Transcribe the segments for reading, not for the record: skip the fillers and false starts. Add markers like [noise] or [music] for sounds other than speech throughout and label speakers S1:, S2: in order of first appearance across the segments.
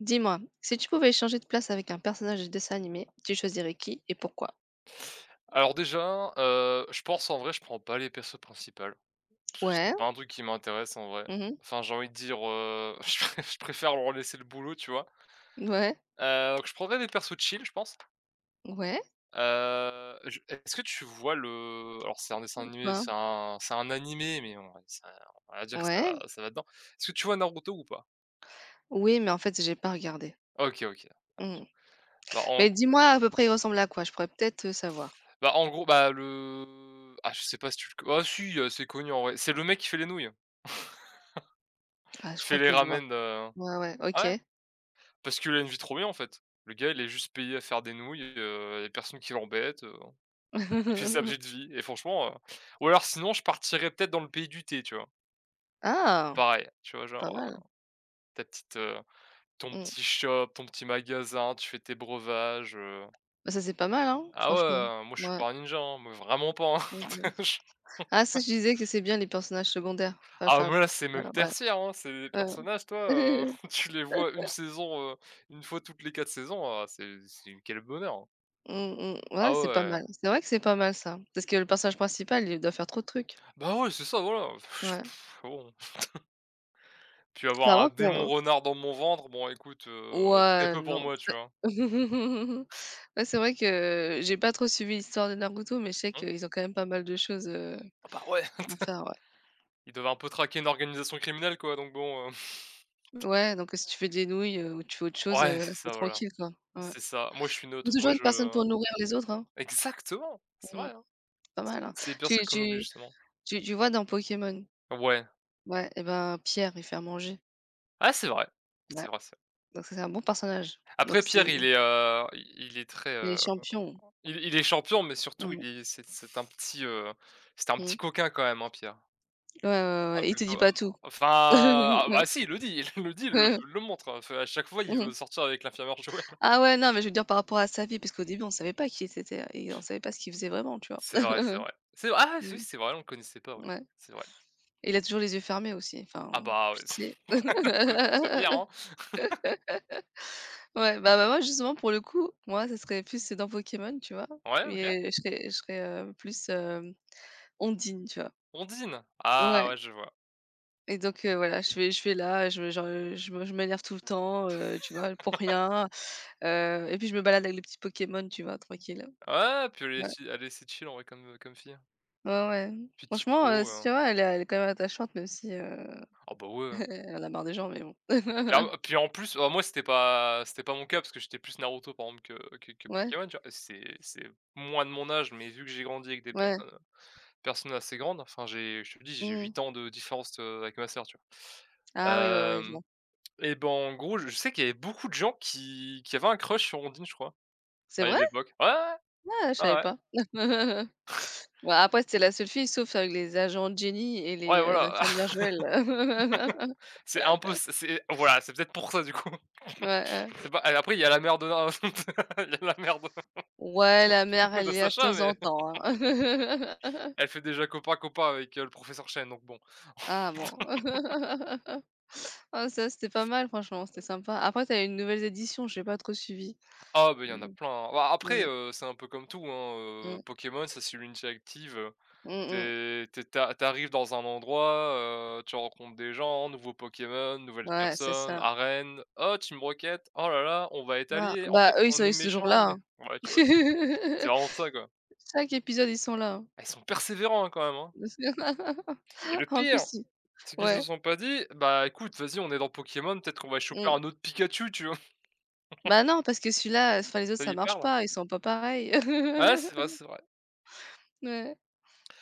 S1: Dis-moi, si tu pouvais changer de place avec un personnage de dessin animé, tu choisirais qui et pourquoi?
S2: Alors déjà, je pense en vrai je prends pas les persos principales, parce que
S1: Ouais,
S2: c'est pas un truc qui m'intéresse en vrai.
S1: mmh
S2: Enfin j'ai envie de dire, [laughs] je préfère leur laisser le boulot, tu vois?
S1: ouais,
S2: Donc je prendrais des persos chill je pense.
S1: ouais,
S2: Je Est-ce que tu vois le alors c'est un dessin animé,
S1: pourquoi?
S2: c'est un animé, mais on va ça on va dire que
S1: Ouais.
S2: ça va dedans. Est-ce que tu vois Naruto ou pas?
S1: Oui, mais en fait, j'ai pas regardé.
S2: OK, OK.
S1: Mmh.
S2: Bah en
S1: Mais dis-moi à peu près, il ressemble à quoi? Je pourrais peut-être, savoir.
S2: Bah en gros, bah le ah, je sais pas si tu le co ah si, c'est connu en vrai. C'est le mec qui fait les nouilles,
S1: Ah, je
S2: qui fait
S1: crois
S2: les
S1: que je vois.
S2: ramen.
S1: Ouais, ouais, OK.
S2: Parce qu'il a une vie trop bien, en fait. Le gars, il est juste payé à faire des nouilles, il y a personne qui l'embête, il fait sa
S1: [laughs]
S2: petite vie et franchement, ou alors sinon je partirais peut-être dans le pays du thé, tu vois?
S1: Ah!
S2: Pareil, tu vois?
S1: Pas
S2: Genre,
S1: mal.
S2: ta petite, ton
S1: Mmh.
S2: petit shop, ton petit magasin, tu fais tes breuvages.
S1: Bah, ça, c'est pas mal, hein,
S2: Ah ouais,
S1: franchement.
S2: moi je suis
S1: Ouais.
S2: pas un ninja, hein, mais vraiment pas,
S1: Mmh
S2: hein.
S1: mh.
S2: [laughs] Je
S1: Ah, ça, je disais que c'est bien les personnages secondaires, pas
S2: Ah
S1: enfin,
S2: mais là, c'est même
S1: principal, ouais.
S2: tertiaire, hein, c'est des personnages, toi,
S1: Ouais. [laughs]
S2: [laughs] tu les vois une saison, 1 fois toutes les 4 saisons, ah c'est quel bonheur, hein.
S1: Mmh mh.
S2: Ah
S1: Ouais, c'est pas
S2: ouais.
S1: mal. C'est vrai que c'est pas mal ça. Parce que le personnage principal, il doit faire trop de trucs.
S2: Bah ouais, c'est ça, voilà.
S1: Ouais.
S2: [laughs] Bon. Puis
S1: Bah,
S2: avoir un
S1: moi
S2: démon
S1: pour
S2: renard dans mon ventre, bon écoute, très
S1: ouais,
S2: peu pour
S1: non.
S2: moi, tu
S1: T
S2: vois?
S1: [laughs] Ouais, c'est vrai que j'ai pas trop suivi l'histoire de Naruto, mais je sais
S2: Hein?
S1: qu'ils ont quand même pas mal de choses,
S2: Ah bah ouais,
S1: à
S2: [laughs]
S1: faire, ouais.
S2: il devait un peu traquer une organisation criminelle quoi, donc bon, [laughs]
S1: Ouais, donc si tu fais des nouilles, ou tu fais autre chose,
S2: ouais, c'est
S1: tu es
S2: ça, voilà.
S1: tranquille, quoi. Ouais.
S2: C'est ça. Moi, je suis
S1: Il
S2: neutre.
S1: faut toujours
S2: Moi,
S1: une personne
S2: je
S1: pour nourrir les autres, hein.
S2: [laughs] Exactement! C'est
S1: Mmh,
S2: vrai, hein.
S1: c'est pas mal, hein.
S2: C'est les
S1: Tu
S2: personnes qu'on oublie
S1: tu
S2: justement.
S1: tu vois dans Pokémon?
S2: Ouais.
S1: Ouais, et ben, Pierre, il fait à manger.
S2: Ah, c'est vrai. C'est
S1: Ouais,
S2: vrai, c'est vrai.
S1: donc ça, c'est un bon personnage. Donc
S2: Après
S1: c'est
S2: Pierre, il est, il est très,
S1: il est champion.
S2: il est champion, mais surtout il
S1: Mmh
S2: est c'est un petit, c'était un petit
S1: mh.
S2: coquin quand même, hein, Pierre.
S1: Ouais, ouais, ouais, ouais. Il te dit
S2: Rappelle-toi,
S1: pas tout.
S2: enfin,
S1: [laughs]
S2: ah bah, si, il le dit, il [laughs] le dit, il le montre, hein. Enfin, à chaque fois, il veut
S1: Mmh
S2: sortir avec l'infirmière Joël. [laughs]
S1: Ah ouais, non, mais je veux dire par rapport à sa vie, parce qu'au début, on savait pas qui c'était et on savait pas ce qu'il faisait vraiment, tu vois?
S2: C'est vrai, c'est vrai. C'est vrai, ah oui,
S1: Mmh,
S2: c'est vrai, on le connaissait pas, ouais,
S1: ouais.
S2: c'est vrai.
S1: Et il a toujours les yeux fermés aussi, enfin,
S2: Ah bah, ouais, [laughs]
S1: c'est.
S2: c'est pas pire, hein.
S1: [laughs] Ouais, bah, moi, justement, pour le coup, moi, ça serait plus dans Pokémon, tu vois?
S2: Ouais, OK.
S1: Mais je serais, plus, Ondine, tu vois?
S2: Ondine? Ah
S1: Ouais
S2: ouais, je vois.
S1: et donc voilà, je vais là, je me genre, je m'énerve tout le temps, tu vois? Pour rien, et puis je me balade avec les petits Pokémon, tu vois? Tranquille.
S2: Ouais, puis
S1: Ouais.
S2: elle est assez chill en vrai comme fille.
S1: Ouais, ouais.
S2: Puis
S1: Franchement,
S2: typo,
S1: si tu vois, elle est quand même attachante même si,
S2: ah bah,
S1: [laughs]
S2: ouais.
S1: elle en a marre des gens, mais bon. [laughs]
S2: Clairement, puis en plus, bah, moi, c'était pas mon cas parce que j'étais plus Naruto, par exemple, que
S1: Ouais,
S2: Pokémon, tu vois? C'est moins de mon âge, mais vu que j'ai grandi avec des
S1: ouais.
S2: personne assez grande, enfin j'ai je te le dis, j'ai
S1: Mmh
S2: 8 ans de différence, avec ma sœur, tu vois?
S1: Ah oui, ouais, ouais, je
S2: Hem
S1: vois.
S2: Et ben, en gros, je sais qu'il y avait beaucoup de gens qui avaient un crush sur Ondine, je crois,
S1: C'est
S2: à
S1: vrai?
S2: l'époque. Ouais,
S1: Ah, je
S2: ouais, ouais,
S1: savais
S2: ouais,
S1: pas. [laughs] Bon, après, c'était la seule fille, sauf avec les agents Jenny et
S2: ouais, ouais,
S1: les,
S2: voilà.
S1: infirmières
S2: [laughs]
S1: Joël. [laughs]
S2: C'est voilà, c'est peut-être pour ça, du coup.
S1: Ouais, ouais.
S2: [laughs] C'est pas. Après il y a la mère de na [laughs] il y a la mère de
S1: Ouais, la mère,
S2: [laughs]
S1: elle
S2: de
S1: y a de
S2: Sacha,
S1: temps
S2: mais
S1: en temps, hein.
S2: [laughs] elle
S1: [laughs]
S2: fait déjà copain copain avec, le professeur Chen, donc bon.
S1: Ah bon. [laughs] Ah ça, c'était pas mal franchement, c'était sympa. Après, t'as eu une nouvelles éditions, j'ai pas trop suivi.
S2: Ah, ben il y en a
S1: Mmh,
S2: plein, hein. Bah, après,
S1: ouais.
S2: c'est un peu comme tout, hein,
S1: Mmh.
S2: Pokémon, ça c'est l'unité active,
S1: Mmh mh.
S2: t'es t'es tu es dans un endroit, tu rencontres des gens, nouveaux Pokémon, nouvelles
S1: Ouais, c'est
S2: personnes,
S1: ça.
S2: arène. «Oh, Team Rocket, oh là là, on va être
S1: Ah,
S2: alliés. En
S1: bah,
S2: fait,
S1: eux, ils
S2: on
S1: sont
S2: est
S1: ils sont toujours
S2: méchants,
S1: là,
S2: mais»
S1: hein.
S2: ouais, tu vois? C'est
S1: [laughs]
S2: vraiment ça, quoi.
S1: Chaque épisode, ils sont là, hein.
S2: Ah, ils sont persévérants, hein, quand même, hein. Et le
S1: [laughs] En
S2: pire,
S1: plus, ils
S2: c'est qu'ils se
S1: ouais,
S2: sont pas dit: «Bah, écoute, vas-y, on est dans Pokémon, peut-être qu'on va choper
S1: mmh.
S2: un autre Pikachu», tu vois? [laughs]
S1: Bah, non, parce que celui-là, enfin, les autres,
S2: C'est
S1: ça
S2: hyper,
S1: marche
S2: là.
S1: pas, ils sont pas pareils.
S2: Ouais, c'est vrai,
S1: [laughs]
S2: c'est vrai.
S1: Ouais.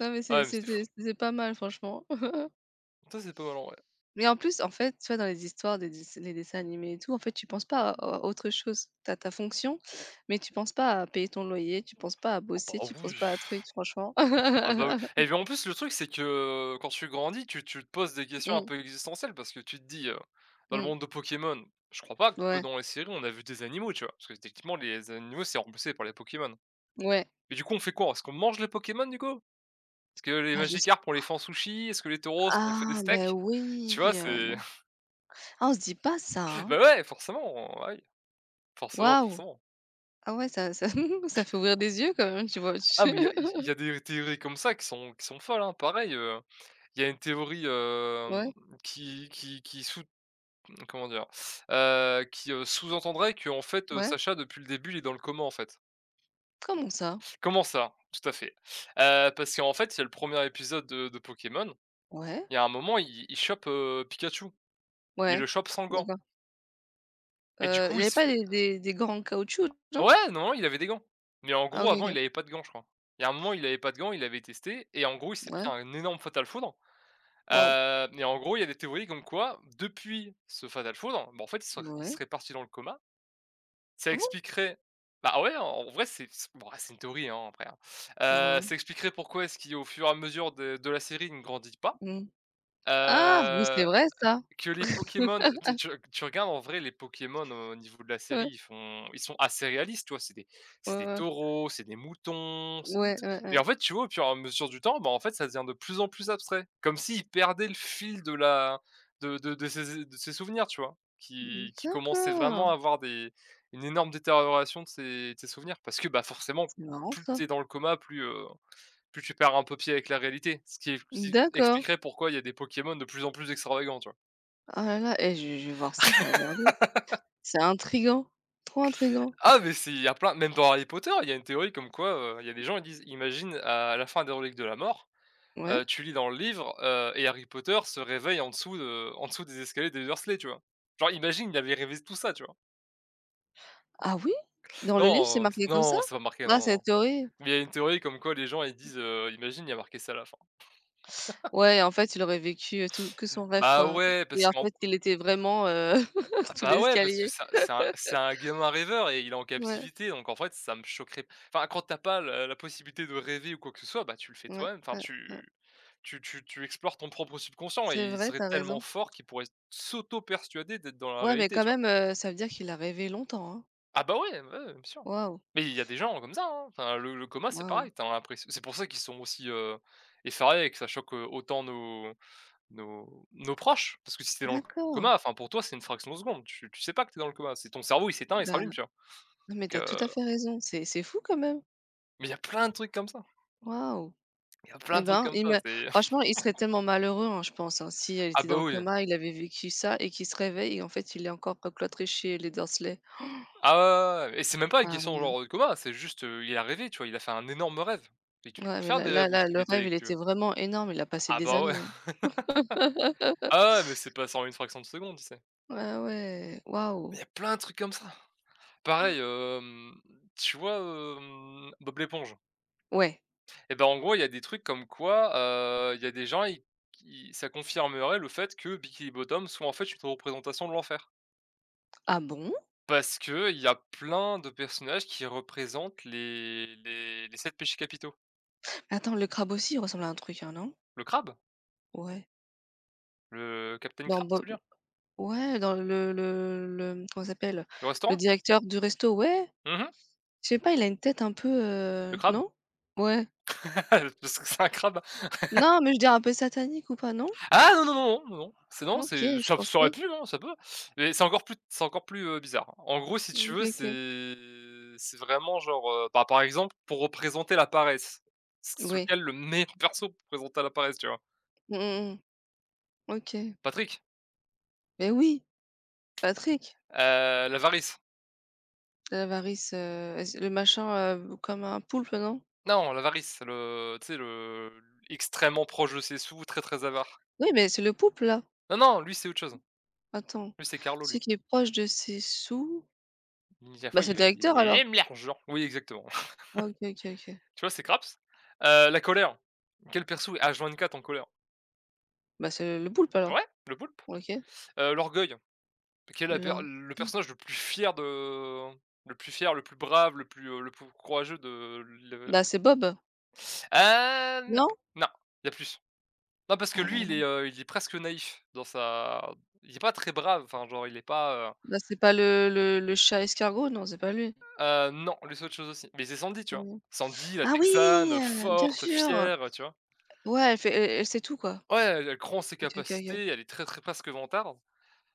S1: Non, mais c'est
S2: Ouais, mais
S1: c'est
S2: c'est fou.
S1: c'est c'est pas mal, franchement. [laughs]
S2: Ça, c'est pas mal, en vrai.
S1: Mais en plus, en fait, tu vois, dans les histoires des dessins animés et tout, en fait, tu penses pas à autre chose. T'as ta fonction, mais tu penses pas à payer ton loyer, tu penses pas à
S2: Ah bah,
S1: bosser, tu penses
S2: oui.
S1: pas à truc, franchement.
S2: Ah bah, oui et
S1: [laughs]
S2: puis en plus le truc c'est que, quand tu grandis tu te poses des questions un
S1: Mmh,
S2: peu existentielles parce que tu te dis, «Dans le
S1: mmh,
S2: monde de Pokémon, je crois pas que
S1: ouais,
S2: dans les séries on a vu des animaux», tu vois? Parce que techniquement les animaux c'est remplacé par les Pokémon.
S1: ouais.
S2: Mais du coup on fait quoi? Est-ce qu'on mange les Pokémon du coup? Est-ce que les
S1: Bah, je
S2: Magikarp on les fait en sushi? Est-ce que les taureaux on fait des
S1: Ah ben
S2: steaks? Tu
S1: oui,
S2: vois? C'est
S1: ah on se dit pas ça,
S2: [laughs]
S1: hein.
S2: bah, ouais forcément,
S1: Waouh!
S2: forcément.
S1: Ah ouais ça ça [laughs] ça fait ouvrir des yeux quand même, tu vois?
S2: Ah mais il y a
S1: [laughs]
S2: y a des théories comme ça qui sont folles, hein. Pareil, il y a une théorie,
S1: Ouais,
S2: qui sous Comment dire? Qui, sous-entendrait que en fait,
S1: ouais.
S2: Sacha depuis le début, il est dans le coma en fait.
S1: Comment ça?
S2: Comment ça? Tout à fait. Parce qu'en fait, il y a le premier épisode de Pokémon,
S1: Ouais,
S2: il y a un moment, il chope, Pikachu. Il le
S1: ouais,
S2: chope sans gants
S1: d'accord.
S2: et du coup,
S1: Il y
S2: il
S1: avait
S2: se
S1: pas
S2: fait.
S1: des gants en caoutchouc, non?
S2: Ouais, non, il avait des gants. Mais en
S1: Ah
S2: gros,
S1: oui,
S2: avant,
S1: OK.
S2: il
S1: OK.
S2: avait pas de gants, je crois. Il y a un moment, il avait pas de gants, il avait testé et en gros, il s'est pris
S1: Ouais,
S2: un énorme fatal foudre.
S1: waouh.
S2: Mais en gros, il y a des théories comme quoi, depuis ce fatal foudre, bah, en fait, il
S1: Ouais.
S2: serait parti dans le coma. Ça
S1: Ah bon?
S2: expliquerait. Bah, ouais, en vrai, c'est c bon, ah, c'est une théorie, hein, après, hein.
S1: Ouais.
S2: Ça expliquerait pourquoi est-ce qu'au fur et à mesure de la série, il ne grandit pas.
S1: Mmh. Ah oui, c'est
S2: Heu
S1: vrai ça.
S2: que les Pokémon tu tu tu regardes en vrai les Pokémon au niveau de la série,
S1: Ouais,
S2: ils sont assez réalistes, tu vois?
S1: ouais,
S2: C'est des
S1: ouais.
S2: taureaux, c'est des moutons, c'est des
S1: Ouais,
S2: t
S1: ouais,
S2: et
S1: ouais.
S2: en fait, tu vois, au fur et à mesure du temps, bah, en fait, ça devient de plus en plus abstrait. Comme s'ils perdaient le fil de ses souvenirs, tu vois? Qui commençaient
S1: D'accord.
S2: vraiment à avoir des une énorme détérioration de ses souvenirs. Parce que, bah, forcément,
S1: C'est marrant
S2: plus tu
S1: ça.
S2: es dans le coma, plus tu perds un peu pied avec la réalité. Ce qui ex
S1: D'accord.
S2: expliquerait pourquoi il y a des Pokémon de plus en plus extravagants, tu vois?
S1: Ah là là, eh je vais voir ça, je vais regarder. C'est intriguant, trop intriguant.
S2: Ah mais c'est il y a plein même dans Harry Potter, il y a une théorie comme quoi, il y a des gens, ils disent: «Imagine à la fin des reliques de la mort,
S1: Ouais.
S2: tu lis dans le livre, et Harry Potter se réveille en dessous de en dessous des escaliers des Dursley», tu vois? Genre imagine, il avait rêvé tout ça, tu vois?
S1: Ah oui? Dans le livre, c'est
S2: Non, c
S1: marqué comme ça?
S2: non, c'est pas marqué, non,
S1: Ah,
S2: non,
S1: c'est la
S2: non.
S1: théorie?
S2: Mais il y a une théorie comme quoi les gens, ils disent, «Imagine, il y a marqué ça à la fin».
S1: Ouais, en fait, il aurait vécu, tout que son rêve,
S2: Bah
S1: quoi
S2: ouais,
S1: et
S2: parce
S1: en
S2: qu'en
S1: fait, il était vraiment,
S2: Ah
S1: [laughs] sous
S2: bah, ouais, parce que
S1: l'escalier.
S2: c'est un gamin rêveur et il est en
S1: Ouais,
S2: captivité, donc en fait, ça me choquerait. Enfin, quand t'as pas le la possibilité de rêver ou quoi que ce soit, bah, tu le fais
S1: ouais,
S2: toi-même. Enfin,
S1: ouais, ouais.
S2: tu explores ton propre subconscient et
S1: C'est
S2: il
S1: vrai,
S2: serait
S1: t'as
S2: tellement
S1: raison.
S2: fort qu'il pourrait s'auto-persuader d'être dans la
S1: Ouais, mais
S2: réalité,
S1: quand
S2: tu vois?
S1: même, ça veut dire qu'il a rêvé longtemps, hein.
S2: Ah bah, ouais, ouais, bien sûr.
S1: Waouh,
S2: Mais il y a des gens comme ça, hein. Enfin, le coma, c'est
S1: waouh.
S2: pareil, tu as c'est pour ça qu'ils sont aussi, effarés et que ça choque, autant nos proches, parce que si t'es dans le
S1: D'accord.
S2: coma, enfin pour toi, c'est une fraction de seconde, tu sais pas que t'es dans le coma, c'est ton cerveau, il s'éteint, il se
S1: Bah,
S2: rallume, tu vois?
S1: non, mais
S2: Donc
S1: t'as tout
S2: heu,
S1: à fait raison. C'est fou quand même.
S2: mais il y a plein de trucs comme ça,
S1: Waouh
S2: il y a plein
S1: et
S2: de trucs
S1: ben,
S2: comme
S1: il
S2: ça,
S1: me
S2: c'est
S1: franchement,
S2: [laughs]
S1: il serait tellement malheureux, hein, je pense, hein, si elle
S2: ah
S1: était dans
S2: bah
S1: le
S2: oui,
S1: coma, il avait vécu ça et qu'il se réveille et en fait, il est encore cloîtré chez les Dursley.
S2: ah ouais, ouais, ouais ouais. Et c'est même pas une
S1: Ah
S2: question
S1: ouais.
S2: genre de coma, c'est juste, il a rêvé, tu vois? Il a fait un énorme rêve et tu peux
S1: Ouais, mais
S2: faire
S1: là
S2: des
S1: là
S2: rêves
S1: là,
S2: aussi
S1: le rêve,
S2: détaillés
S1: il
S2: que tu veux.
S1: était vraiment énorme, il a passé
S2: Ah
S1: des
S2: bah ouais,
S1: années, hein.
S2: [laughs]
S1: [laughs]
S2: ah ouais, mais c'est pas en une fraction de seconde, tu sais?
S1: Ah ouais,
S2: Il y
S1: waouh!
S2: a plein de trucs comme ça. Pareil, tu vois, Bob l'éponge?
S1: Ouais.
S2: Et ben, en gros, il y a des trucs comme quoi, il y a des gens, ils qui ça confirmerait le fait que Bikini Bottom soit en fait une représentation de l'enfer.
S1: Ah bon?
S2: Parce que il y a plein de personnages qui représentent les 7 péchés capitaux.
S1: Attends, le crabe aussi, il ressemble à un truc, hein, non?
S2: Le crabe,
S1: Ouais.
S2: le Captain
S1: Dans
S2: Crab,
S1: Bob
S2: c'est bien,
S1: ouais, dans le comment ça s'appelle?
S2: le
S1: Le
S2: restaurant.
S1: directeur du resto, ouais.
S2: Mmh
S1: Je sais pas, il a une tête un peu,
S2: le crabe,
S1: non? Ouais.
S2: [laughs] parce que c'est un crabe.
S1: Non, mais je dirais un peu satanique ou pas, non?
S2: Ah non, non, non, non, non, c'est non,
S1: OK,
S2: c'est
S1: je
S2: ça aurait
S1: pensais.
S2: pu, hein, ça peut, mais c'est encore plus, bizarre. En gros, si tu
S1: Mmh,
S2: veux,
S1: OK.
S2: c'est vraiment genre, bah, par exemple, pour représenter la paresse, c'est
S1: Oui.
S2: lequel le meilleur [laughs] perso pour présenter la paresse, tu vois?
S1: Mmh mh, mmh. OK.
S2: Patrick?
S1: Mais oui, Patrick,
S2: Heu, L'avarice.
S1: l'avarice varice, z le machin, comme un poulpe, non?
S2: Non, l'avarice, le tu sais, le extrêmement proche de ses sous, très, très avare.
S1: Oui, mais c'est le pouple, là.
S2: Non, non, lui, c'est autre chose.
S1: Attends.
S2: Lui, c'est Carlo,
S1: Ce
S2: lui.
S1: qui est proche de ses sous,
S2: Il à la fois,
S1: bah,
S2: il
S1: c'est le
S2: fait:
S1: directeur alors.
S2: «J'aime l'argent». Oui, exactement. [laughs]
S1: OK, OK, OK.
S2: Tu vois, c'est Craps. La colère. Quel perso est H24 en colère?
S1: Bah, c'est le poulpe alors.
S2: Ouais, le poulpe.
S1: OK.
S2: L'orgueil, qui est la per
S1: Là,
S2: le personnage le plus fier de le plus fier, le plus brave, le plus courageux de le
S1: là, c'est Bob?
S2: Ah non,
S1: Non?
S2: non, il y a plus. Non parce que lui
S1: Ah,
S2: il est presque naïf dans sa, il est pas très brave, enfin genre il est pas,
S1: bah, c'est pas le chat escargot? Non, c'est pas lui.
S2: non, lui c'est autre chose aussi, mais c'est Sandy, tu vois?
S1: Mmh.
S2: Sandy, la
S1: Ah oui!
S2: texane,
S1: Bien
S2: forte,
S1: sûr!
S2: fière, tu vois?
S1: Ouais, elle fait elle elle sait tout, quoi.
S2: Ouais, elle croit en ses
S1: OK, OK, OK.
S2: capacités, elle est très, très presque vantarde.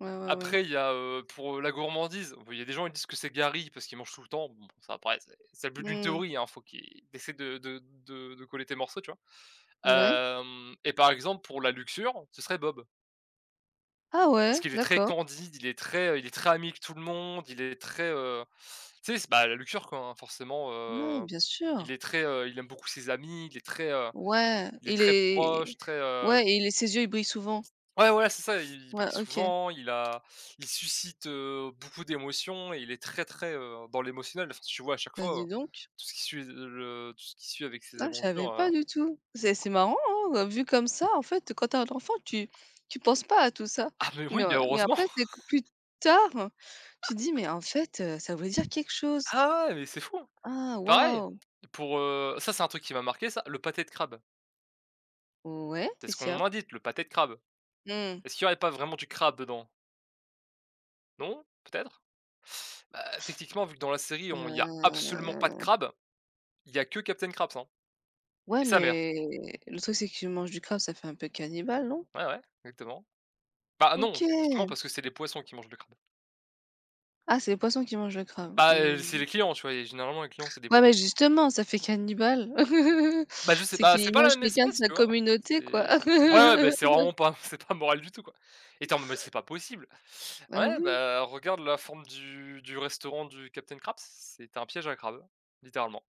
S1: Ouais, ouais, ouais.
S2: Après, il y a, pour, la gourmandise, bon, il y a des gens, ils disent que c'est Gary parce qu'il mange tout le temps. Bon, ça après, c'est le but d'une
S1: Hmm.
S2: théorie, hein, faut qu'il essaie de coller tes morceaux, tu vois?
S1: Ouais.
S2: Hem et par exemple, pour la luxure, ce serait Bob
S1: Ah
S2: parce
S1: ouais,
S2: qu'il est très
S1: d'accord.
S2: candide, il est très ami avec tout le monde, il est très, tu sais, c'est, bah, la luxure, quoi, hein, forcément,
S1: Ouais, bien
S2: il
S1: sûr.
S2: est très, il aime beaucoup ses amis,
S1: Ouais,
S2: il est
S1: il
S2: très
S1: est
S2: proche, très,
S1: ouais, il est ses yeux, ils brillent souvent.
S2: Ouais, voilà, c'est ça, il brille
S1: Ouais, OK.
S2: souvent, il suscite, beaucoup d'émotions et il est très, très, dans l'émotionnel. Enfin, tu vois à chaque
S1: Bah,
S2: fois,
S1: dis donc.
S2: tout ce qui suit le tout ce qui suit avec ses
S1: Ah, je
S2: aventures,
S1: savais pas du tout. C'est marrant, hein, vu comme ça, en fait, quand tu as un enfant, tu penses pas à tout ça.
S2: Ah mais
S1: Mais,
S2: oui,
S1: heu,
S2: bien
S1: mais
S2: heureusement.
S1: après,
S2: [laughs]
S1: c'est que plus tard, tu dis: «Mais en fait, ça veut dire quelque chose.
S2: Ah ouais, mais c'est fou.
S1: Ah
S2: Pareil,
S1: waouh!
S2: pour, ça c'est un truc qui m'a marqué ça, le pâté de crabe.
S1: Ouais,
S2: C'est ce
S1: qu'est-ce qu'il y
S2: qu'on
S1: a?
S2: indique, le pâté de crabe.
S1: Mmh,
S2: Est-ce qu'il y aurait pas vraiment du crabe dedans? Non? Peut-être? Bah, techniquement, vu que dans la série on il y a
S1: heu,
S2: absolument pas de crabe, il y a que Captain Crabs, hein, et
S1: ouais,
S2: sa mère.
S1: mais le truc, c'est que tu manges du crabe, ça fait un peu cannibale, non?
S2: Ouais, ouais, exactement. Bah non,
S1: OK.
S2: techniquement parce que c'est les poissons qui mangent le crabe.
S1: Ah, c'est les poissons qui mangent le crabe.
S2: Bah, c'est
S1: Mmh.
S2: les clients, tu vois? Et généralement les clients c'est des
S1: Ouais,
S2: poissons.
S1: mais justement, ça fait cannibale. [laughs]
S2: Bah, je sais
S1: C'est
S2: bah, c'est
S1: qu'il
S2: pas la
S1: mange
S2: même
S1: quelqu'un de
S2: espèce,
S1: sa
S2: tu vois? C'est
S1: communauté, quoi.
S2: ouais, ouais, bah, c'est
S1: [laughs]
S2: vraiment pas [laughs] c'est pas moral du tout, quoi. Et tu es en mode: «Mais c'est pas possible!»
S1: Ah
S2: Ouais,
S1: oui.
S2: bah, regarde la forme du restaurant du Captain Crabs, c'était un piège à crabe, littéralement.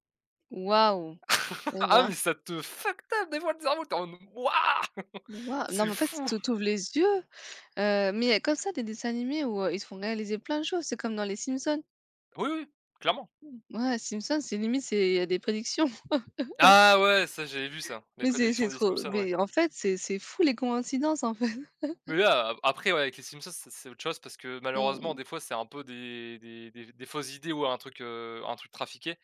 S1: Waouh! Et
S2: [laughs] Ah
S1: ben,
S2: mais ça te fuck up des fois le cerveau, tu es en mode: «Waouh! [laughs]
S1: waouh! Non,
S2: C'est
S1: mais en fait,
S2: fou!»
S1: tu ouvres les yeux, mais il y a comme ça des dessins animés où, ils te font réaliser plein de choses. C'est comme dans les Simpsons.
S2: Oui, oui, clairement.
S1: Ouais, Simpsons, c'est limite, c'est il y a des prédictions. [laughs]
S2: Ah ouais, ça j'avais vu ça, les
S1: Mais c'est
S2: prédictions
S1: c'est
S2: des
S1: trop
S2: Simpsons, ouais.
S1: mais en fait, c'est fou les coïncidences, en fait.
S2: Mais là, a après, ouais, avec les Simpsons, c'est autre chose parce que malheureusement,
S1: Mmh
S2: des fois, c'est un peu des fausses idées ou un truc trafiqué.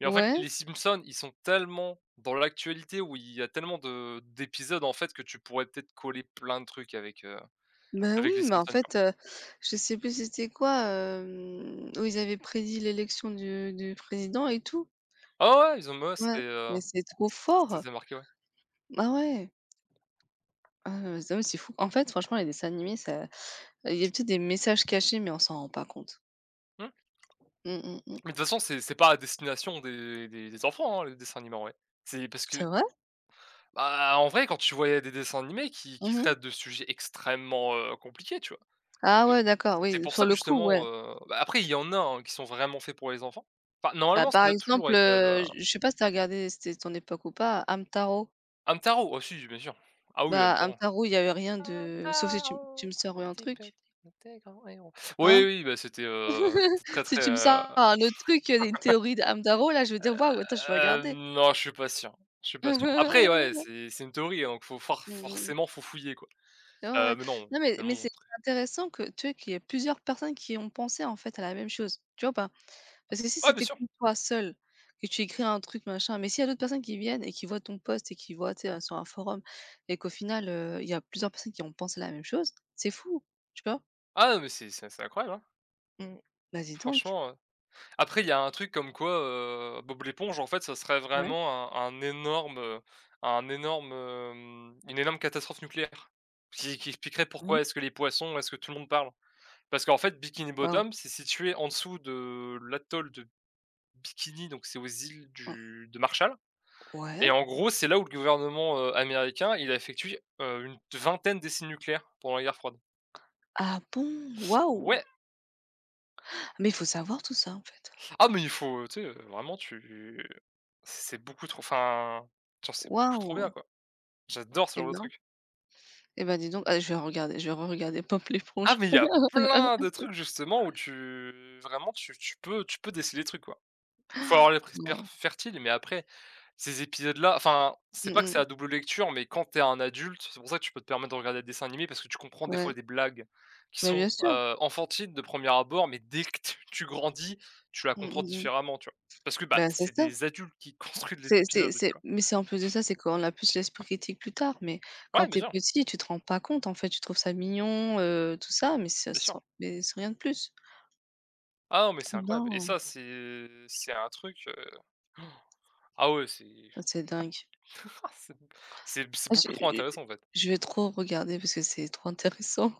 S2: Mais en fait,
S1: Ouais,
S2: les Simpsons, ils sont tellement dans l'actualité où il y a tellement de d'épisodes, en fait, que tu pourrais peut-être coller plein de trucs avec,
S1: ben oui,
S2: avec les
S1: mais en
S2: Simpsons, quoi.
S1: fait, je sais plus c'était quoi, où ils avaient prédit l'élection du président et tout.
S2: Ah ouais, ouais, ils ont ouais, c'était,
S1: Ouais, mais c'est trop
S2: ça
S1: fort!
S2: s'est marqué, ouais.
S1: Ah ouais, ah, c'est fou. En fait, franchement, les dessins animés, ça il y a peut-être des messages cachés, mais on s'en rend pas compte.
S2: Mmh.
S1: Mmh, mmh, mmh.
S2: Mais de toute façon, c'est pas à destination des enfants, hein, les dessins animés, en. C'est parce que,
S1: C'est vrai?
S2: bah, en vrai, quand tu voyais des dessins animés qui
S1: Mmh
S2: traitent de sujets extrêmement, compliqués, tu vois? Parce
S1: Ah
S2: que
S1: ouais, d'accord,
S2: c'est
S1: oui,
S2: pour
S1: sur
S2: ça que
S1: le coup,
S2: justement,
S1: ouais.
S2: bah, après il y en a, hein, qui sont vraiment faits pour les enfants. Enfin,
S1: Bah,
S2: normalement, ça
S1: par
S2: doit toujours
S1: exemple,
S2: être, de.
S1: je sais pas si t'as regardé, c'était ton époque ou pas, Hamtaro.
S2: Hamtaro! Ah si, bien sûr. Ah oui,
S1: Bah,
S2: Hamtaro.
S1: Hamtaro, il y avait rien de sauf si tu
S2: Hamtaro,
S1: me sors
S2: le
S1: un
S2: petit petit
S1: truc,
S2: était grand héros. Oui,
S1: hein?
S2: oui, bah, c'était,
S1: [laughs] Si tu me sors un autre truc, une théorie de Hamtaro, là, je vais dire: «Waouh, attends, je vais
S2: hem,
S1: regarder».
S2: non, je suis pas sûr, je suis pas sûr. Après, ouais,
S1: [laughs]
S2: c'est une théorie, hein, donc faut
S1: Mmh mmh.
S2: forcément, faut fouiller, quoi.
S1: Ouais, ouais.
S2: Mais non,
S1: Non mais
S2: tellement
S1: c'est intéressant que, tu vois qu'il y ait plusieurs personnes qui ont pensé, en fait, à la même chose, tu vois pas? Parce que si
S2: ah, bien
S1: c'était que
S2: sûr!
S1: toi seul, que tu écris un truc, machin, mais s'il y a d'autres personnes qui viennent et qui voient ton post et qui voient, tu sais, sur un forum et qu'au final, il y a plusieurs personnes qui ont pensé la même chose, c'est fou, tu vois?
S2: Ah, mais c'est c'est incroyable, hein.
S1: Mmh. Bah, dis donc.
S2: Franchement, après, il y a un truc comme quoi, Bob l'éponge, en fait, ça serait
S1: Ouais.
S2: vraiment un énorme, une énorme catastrophe nucléaire qui expliquerait
S1: Mmh.
S2: pourquoi est-ce que tout le monde parle. Parce qu'en fait, Bikini
S1: Waouh.
S2: Bottom, c'est situé en dessous de l'atoll de Bikini, donc c'est aux îles
S1: Mmh.
S2: du de Marshall et
S1: Ouais.
S2: en gros, c'est là où le gouvernement, américain, il a effectué, une vingtaine d'essais nucléaires pendant la guerre froide.
S1: Ah bon? Waouh!
S2: Ouais!
S1: Mais il faut savoir tout ça, en fait.
S2: Ah mais il faut, tu sais, vraiment tu c'est beaucoup trop enfin, genre, c'est beaucoup trop
S1: Waouh!
S2: bien, quoi. J'adore ce
S1: Et
S2: genre de
S1: ben
S2: truc.
S1: et ben, dis donc. Ah, je vais re-regarder Pop
S2: Ah,
S1: l'éponge.
S2: mais il y a plein de
S1: [laughs]
S2: trucs justement où tu vraiment tu tu peux déceler les trucs, quoi. Faut avoir les prises
S1: Waouh.
S2: fertile, mais après ces épisodes-là, enfin, c'est
S1: Mmh
S2: pas que c'est à
S1: mh.
S2: double lecture, mais quand t'es un adulte, c'est pour ça que tu peux te permettre de regarder des dessins animés parce que tu comprends des fois
S1: Ouais.
S2: des blagues qui
S1: Bah, bien
S2: sont,
S1: sûr.
S2: enfantines de premier abord, mais dès que tu grandis, tu la
S1: Mmh,
S2: comprends
S1: mmh mh.
S2: différemment, tu vois? Parce que, bah,
S1: Bah, c'est
S2: c'est
S1: ça.
S2: des adultes qui [laughs] construisent les épisodes, tu
S1: C'est
S2: vois?
S1: mais c'est en plus de ça, c'est qu'on a plus l'esprit critique plus tard, mais quand
S2: Ouais, bien
S1: t'es
S2: sûr,
S1: petit, tu te rends pas compte, en fait, tu trouves ça mignon, tout ça, mais c'est
S2: bien sûr.
S1: sans mais c'est rien de plus.
S2: Ah non, mais c'est incroyable et
S1: Non,
S2: ça, c'est un truc, ah ouais, c'est
S1: ah c'est dingue.
S2: [laughs] C'est c'est
S1: Ah je
S2: beaucoup trop intéressant, en fait.
S1: je vais trop regarder parce que c'est trop intéressant.